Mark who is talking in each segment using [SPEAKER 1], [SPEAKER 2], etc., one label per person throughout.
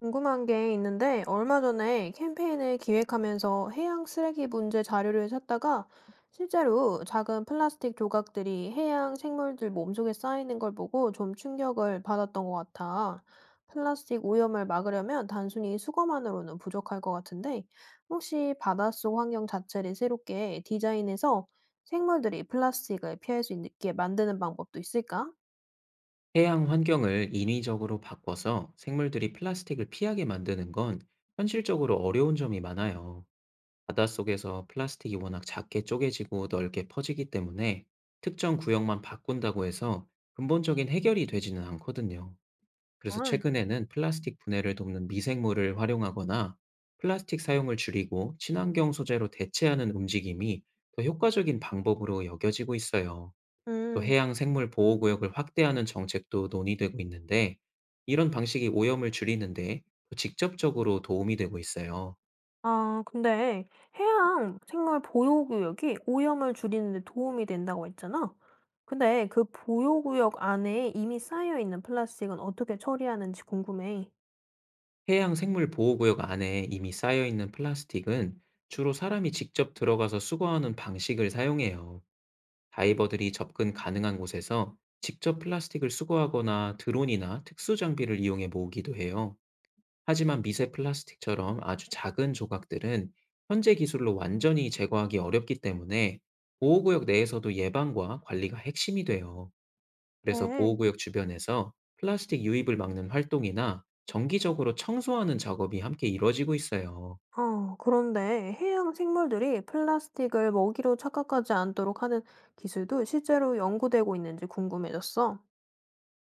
[SPEAKER 1] 궁금한 게 있는데, 얼마 전에 캠페인을 기획하면서 해양 쓰레기 문제 자료를 찾다가 실제로 작은 플라스틱 조각들이 해양 생물들 몸속에 쌓이는 걸 보고 좀 충격을 받았던 것 같아. 플라스틱 오염을 막으려면 단순히 수거만으로는 부족할 것 같은데, 혹시 바닷속 환경 자체를 새롭게 디자인해서 생물들이 플라스틱을 피할 수 있게 만드는 방법도 있을까?
[SPEAKER 2] 해양 환경을 인위적으로 바꿔서 생물들이 플라스틱을 피하게 만드는 건 현실적으로 어려운 점이 많아요. 바닷속에서 플라스틱이 워낙 작게 쪼개지고 넓게 퍼지기 때문에 특정 구역만 바꾼다고 해서 근본적인 해결이 되지는 않거든요. 그래서
[SPEAKER 1] 응.
[SPEAKER 2] 최근에는 플라스틱 분해를 돕는 미생물을 활용하거나 플라스틱 사용을 줄이고 친환경 소재로 대체하는 움직임이 더 효과적인 방법으로 여겨지고 있어요. 또
[SPEAKER 1] 음.
[SPEAKER 2] 해양 생물 보호 구역을 확대하는 정책도 논의되고 있는데, 이런 방식이 오염을 줄이는데 또 직접적으로 도움이 되고 있어요.
[SPEAKER 1] 아 근데 해양 생물 보호구역이 오염을 줄이는 데 도움이 된다고 했잖아. 근데 그 보호구역 안에 이미 쌓여 있는 플라스틱은 어떻게 처리하는지 궁금해.
[SPEAKER 2] 해양 생물 보호 구역 안에 이미 쌓여 있는 플라스틱은 주로 사람이 직접 들어가서 수거하는 방식을 사용해요. 다이버들이 접근 가능한 곳에서 직접 플라스틱을 수거하거나 드론이나 특수 장비를 이용해 모으기도 해요. 하지만 미세 플라스틱처럼 아주 작은 조각들은 현재 기술로 완전히 제거하기 어렵기 때문에 보호구역 내에서도 예방과 관리가 핵심이 돼요. 그래서
[SPEAKER 1] 네.
[SPEAKER 2] 보호구역 주변에서 플라스틱 유입을 막는 활동이나 정기적으로 청소하는 작업이 함께 이루어지고 있어요.
[SPEAKER 1] 어, 그런데 해양 생물들이 플라스틱을 먹이로 착각하지 않도록 하는 기술도 실제로 연구되고 있는지 궁금해졌어.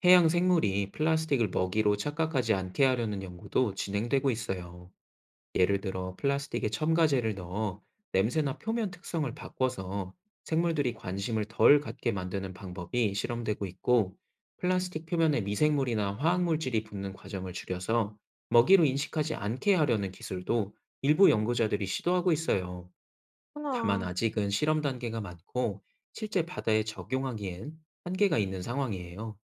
[SPEAKER 2] 해양 생물이 플라스틱을 먹이로 착각하지 않게 하려는 연구도 진행되고 있어요. 예를 들어 플라스틱에 첨가제를 넣어 냄새나 표면 특성을 바꿔서 생물들이 관심을 덜 갖게 만드는 방법이 실험되고 있고, 플라스틱 표면에 미생물이나 화학물질이 붙는 과정을 줄여서 먹이로 인식하지 않게 하려는 기술도 일부 연구자들이 시도하고 있어요. 다만
[SPEAKER 1] 그렇구나.
[SPEAKER 2] 아직은 실험 단계가 많고, 실제 바다에 적용하기엔 한계가 있는 상황이에요.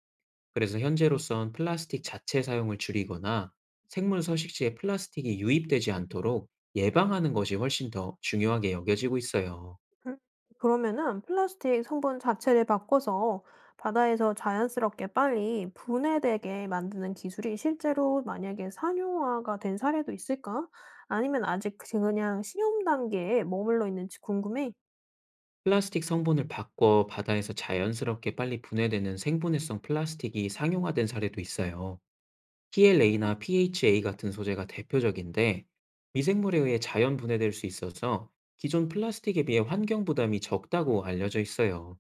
[SPEAKER 2] 그래서 현재로선 플라스틱 자체 사용을 줄이거나 생물 서식지에 플라스틱이 유입되지 않도록 예방하는 것이 훨씬 더 중요하게 여겨지고 있어요.
[SPEAKER 1] 음. 그러면은 플라스틱 성분 자체를 바꿔서 바다에서 자연스럽게 빨리 분해되게 만드는 기술이 실제로 만약에 상용화가 된 사례도 있을까? 아니면 아직 그냥 시험 단계에 머물러 있는지 궁금해.
[SPEAKER 2] 플라스틱 성분을 바꿔 바다에서 자연스럽게 빨리 분해되는 생분해성 플라스틱이 상용화된 사례도 있어요.
[SPEAKER 1] 어,
[SPEAKER 2] PLA나 PHA 같은 소재가 대표적인데, 미생물에 의해 자연 분해될 수 있어서 기존 플라스틱에 비해 환경 부담이 적다고 알려져 있어요.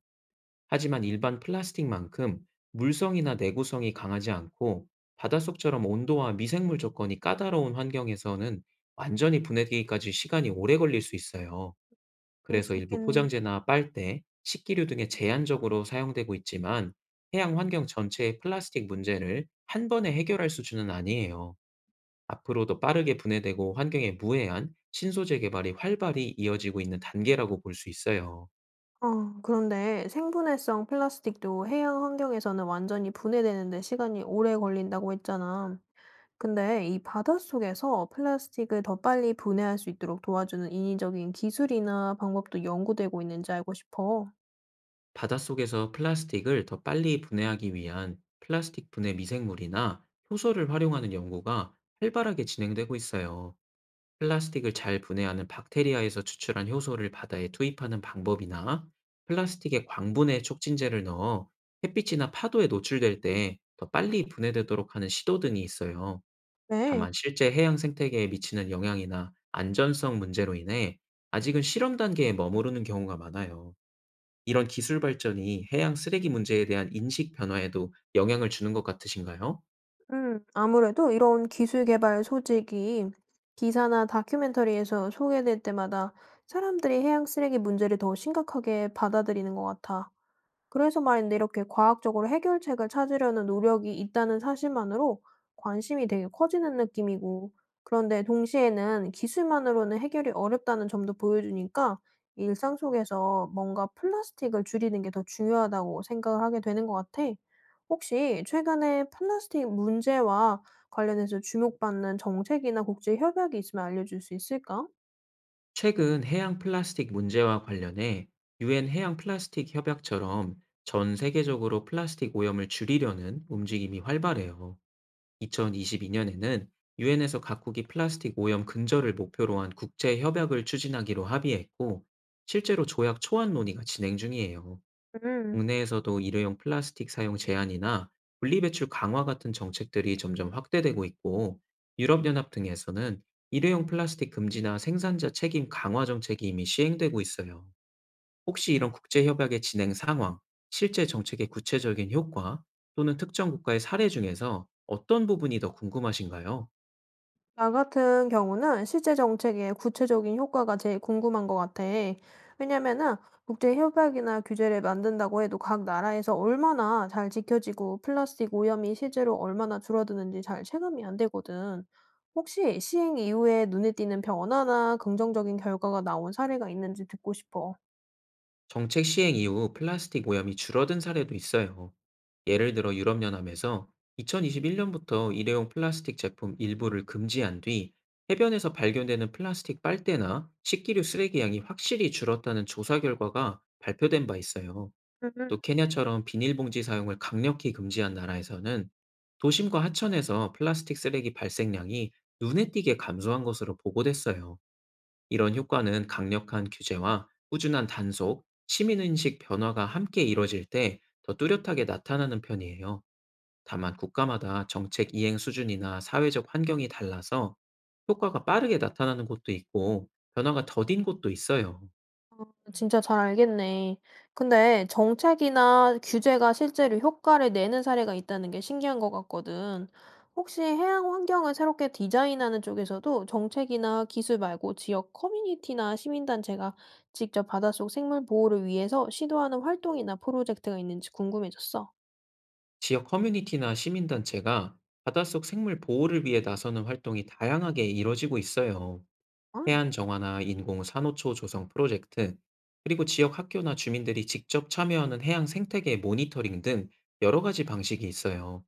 [SPEAKER 2] 하지만 일반 플라스틱만큼 물성이나 내구성이 강하지 않고, 바닷속처럼 온도와 미생물 조건이 까다로운 환경에서는 완전히 분해되기까지 시간이 오래 걸릴 수 있어요.
[SPEAKER 1] 그럴
[SPEAKER 2] 그래서
[SPEAKER 1] 수
[SPEAKER 2] 일부
[SPEAKER 1] 있겠네.
[SPEAKER 2] 포장재나 빨대, 식기류 등에 제한적으로 사용되고 있지만, 해양 환경 전체의 플라스틱 문제를 한 번에 해결할 수준은 아니에요. 앞으로도 빠르게 분해되고 환경에 무해한 신소재 개발이 활발히 이어지고 있는 단계라고 볼 수 있어요.
[SPEAKER 1] 어, 그런데 생분해성 플라스틱도 해양 환경에서는 완전히 분해되는데 시간이 오래 걸린다고 했잖아. 근데 이 바닷속에서 플라스틱을 더 빨리 분해할 수 있도록 도와주는 인위적인 기술이나 방법도 연구되고 있는지 알고 싶어.
[SPEAKER 2] 바닷속에서 플라스틱을 더 빨리 분해하기 위한 플라스틱 분해 미생물이나 효소를 활용하는 연구가 활발하게 진행되고 있어요. 플라스틱을 잘 분해하는 박테리아에서 추출한 효소를 바다에 투입하는 방법이나 플라스틱에 광분해 촉진제를 넣어 햇빛이나 파도에 노출될 때 더 빨리 분해되도록 하는 시도 등이 있어요.
[SPEAKER 1] 네.
[SPEAKER 2] 다만 실제 해양 생태계에 미치는 영향이나 안전성 문제로 인해 아직은 실험 단계에 머무르는 경우가 많아요. 이런 기술 발전이 해양 쓰레기 문제에 대한 인식 변화에도 영향을 주는 것 같으신가요?
[SPEAKER 1] 아무래도 이런 기술 개발 소식이 기사나 다큐멘터리에서 소개될 때마다 사람들이 해양 쓰레기 문제를 더 심각하게 받아들이는 것 같아. 그래서 말인데 이렇게 과학적으로 해결책을 찾으려는 노력이 있다는 사실만으로 관심이 되게 커지는 느낌이고, 그런데 동시에는 기술만으로는 해결이 어렵다는 점도 보여주니까 이 일상 속에서 뭔가 플라스틱을 줄이는 게 더 중요하다고 생각을 하게 되는 것 같아. 혹시 최근에 플라스틱 문제와 관련해서 주목받는 정책이나 국제 협약이 있으면 알려줄 수 있을까?
[SPEAKER 2] 최근 해양 플라스틱 문제와 관련해 유엔 해양 플라스틱 협약처럼 전 세계적으로 플라스틱 오염을 줄이려는 움직임이 활발해요. 2022년에는 유엔에서 각국이 플라스틱 오염 근절을 목표로 한 국제 협약을 추진하기로 합의했고, 실제로 조약 초안 논의가 진행 중이에요.
[SPEAKER 1] 음.
[SPEAKER 2] 국내에서도 일회용 플라스틱 사용 제한이나 분리배출 강화 같은 정책들이 점점 확대되고 있고, 유럽연합 등에서는 일회용 플라스틱 금지나 생산자 책임 강화 정책이 이미 시행되고 있어요. 혹시 이런 국제협약의 진행 상황, 실제 정책의 구체적인 효과, 또는 특정 국가의 사례 중에서 어떤 부분이 더 궁금하신가요?
[SPEAKER 1] 나 같은 경우는 실제 정책의 구체적인 효과가 제일 궁금한 것 같아. 왜냐면은 국제 협약이나 규제를 만든다고 해도 각 나라에서 얼마나 잘 지켜지고 플라스틱 오염이 실제로 얼마나 줄어드는지 잘 체감이 안 되거든. 혹시 시행 이후에 눈에 띄는 변화나 긍정적인 결과가 나온 사례가 있는지 듣고 싶어.
[SPEAKER 2] 정책 시행 이후 플라스틱 오염이 줄어든 사례도 있어요. 예를 들어 유럽연합에서 2021년부터 일회용 플라스틱 제품 일부를 금지한 뒤 해변에서 발견되는 플라스틱 빨대나 식기류 쓰레기 양이 확실히 줄었다는 조사 결과가 발표된 바 있어요. 또
[SPEAKER 1] 음.
[SPEAKER 2] 케냐처럼 비닐봉지 사용을 강력히 금지한 나라에서는 도심과 하천에서 플라스틱 쓰레기 발생량이 눈에 띄게 감소한 것으로 보고됐어요. 이런 효과는 강력한 규제와 꾸준한 단속, 시민인식 변화가 함께 이뤄질 때 더 뚜렷하게 나타나는 편이에요. 다만 국가마다 정책 이행 수준이나 사회적 환경이 달라서 효과가 빠르게 나타나는 곳도 있고 변화가 더딘 곳도 있어요.
[SPEAKER 1] 진짜 잘 알겠네. 근데 정책이나 규제가 실제로 효과를 내는 사례가 있다는 게 신기한 것 같거든. 혹시 해양 환경을 새롭게 디자인하는 쪽에서도 정책이나 기술 말고 지역 커뮤니티나 시민단체가 직접 바닷속 생물 보호를 위해서 시도하는 활동이나 프로젝트가 있는지 궁금해졌어.
[SPEAKER 2] 지역 커뮤니티나 시민단체가 바닷속 생물 보호를 위해 나서는 활동이 다양하게 이뤄지고 있어요.
[SPEAKER 1] 어?
[SPEAKER 2] 해안 정화나 인공 산호초 조성 프로젝트, 그리고 지역 학교나 주민들이 직접 참여하는 해양 생태계 모니터링 등 여러 가지 방식이 있어요.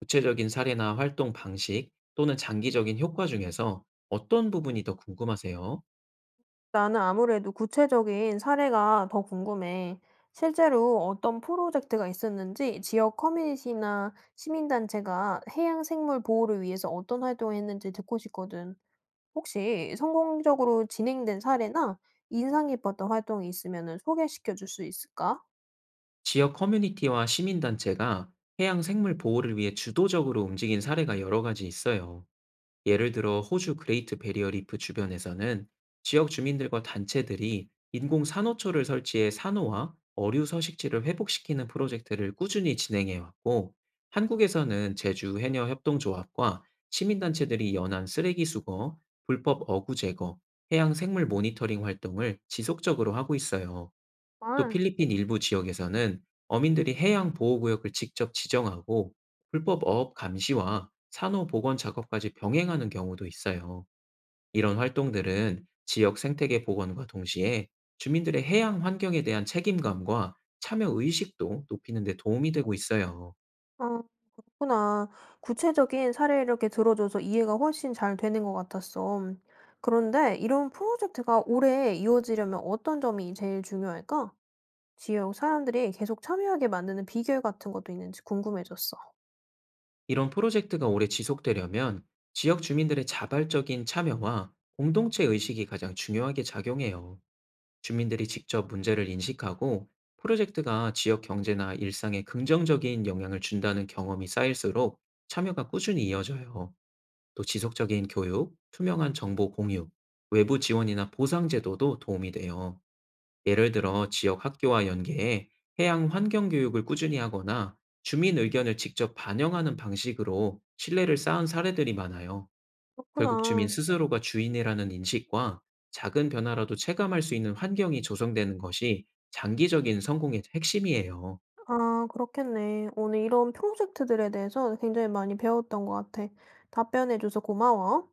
[SPEAKER 2] 구체적인 사례나 활동 방식, 또는 장기적인 효과 중에서 어떤 부분이 더 궁금하세요?
[SPEAKER 1] 나는 아무래도 구체적인 사례가 더 궁금해. 실제로 어떤 프로젝트가 있었는지, 지역 커뮤니티나 시민단체가 해양 생물 보호를 위해서 어떤 활동을 했는지 듣고 싶거든. 혹시 성공적으로 진행된 사례나 인상 깊었던 활동이 있으면 소개시켜 줄 수 있을까?
[SPEAKER 2] 지역 커뮤니티와 시민단체가 해양 생물 보호를 위해 주도적으로 움직인 사례가 여러 가지 있어요. 예를 들어 호주 그레이트 베리어 리프 주변에서는 지역 주민들과 단체들이 인공 산호초를 설치해 산호와 어류 서식지를 회복시키는 프로젝트를 꾸준히 진행해 왔고, 한국에서는 제주 해녀 협동조합과 시민단체들이 연한 쓰레기 수거, 불법 어구 제거, 해양 생물 모니터링 활동을 지속적으로 하고 있어요. 또
[SPEAKER 1] 아,
[SPEAKER 2] 필리핀 일부 지역에서는 어민들이 해양 보호구역을 직접 지정하고 불법 어업 감시와 산호 복원 작업까지 병행하는 경우도 있어요. 이런 활동들은 지역 생태계 복원과 동시에 주민들의 해양 환경에 대한 책임감과 참여 의식도 높이는 데 도움이 되고 있어요.
[SPEAKER 1] 아, 그렇구나. 구체적인 사례를 이렇게 들어줘서 이해가 훨씬 잘 되는 것 같았어. 그런데 이런 프로젝트가 오래 이어지려면 어떤 점이 제일 중요할까? 지역 사람들이 계속 참여하게 만드는 비결 같은 것도 있는지 궁금해졌어.
[SPEAKER 2] 이런 프로젝트가 오래 지속되려면 지역 주민들의 자발적인 참여와 공동체 의식이 가장 중요하게 작용해요. 주민들이 직접 문제를 인식하고 프로젝트가 지역 경제나 일상에 긍정적인 영향을 준다는 경험이 쌓일수록 참여가 꾸준히 이어져요. 또 지속적인 교육, 투명한 정보 공유, 외부 지원이나 보상 제도도 도움이 돼요. 예를 들어 지역 학교와 연계해 해양 환경 교육을 꾸준히 하거나 주민 의견을 직접 반영하는 방식으로 신뢰를 쌓은 사례들이 많아요. 결국 주민
[SPEAKER 1] 그렇구나.
[SPEAKER 2] 스스로가 주인이라는 인식과 작은 변화라도 체감할 수 있는 환경이 조성되는 것이 장기적인 성공의 핵심이에요.
[SPEAKER 1] 아, 그렇겠네. 오늘 이런 프로젝트들에 대해서 굉장히 많이 배웠던 것 같아. 답변해줘서 고마워.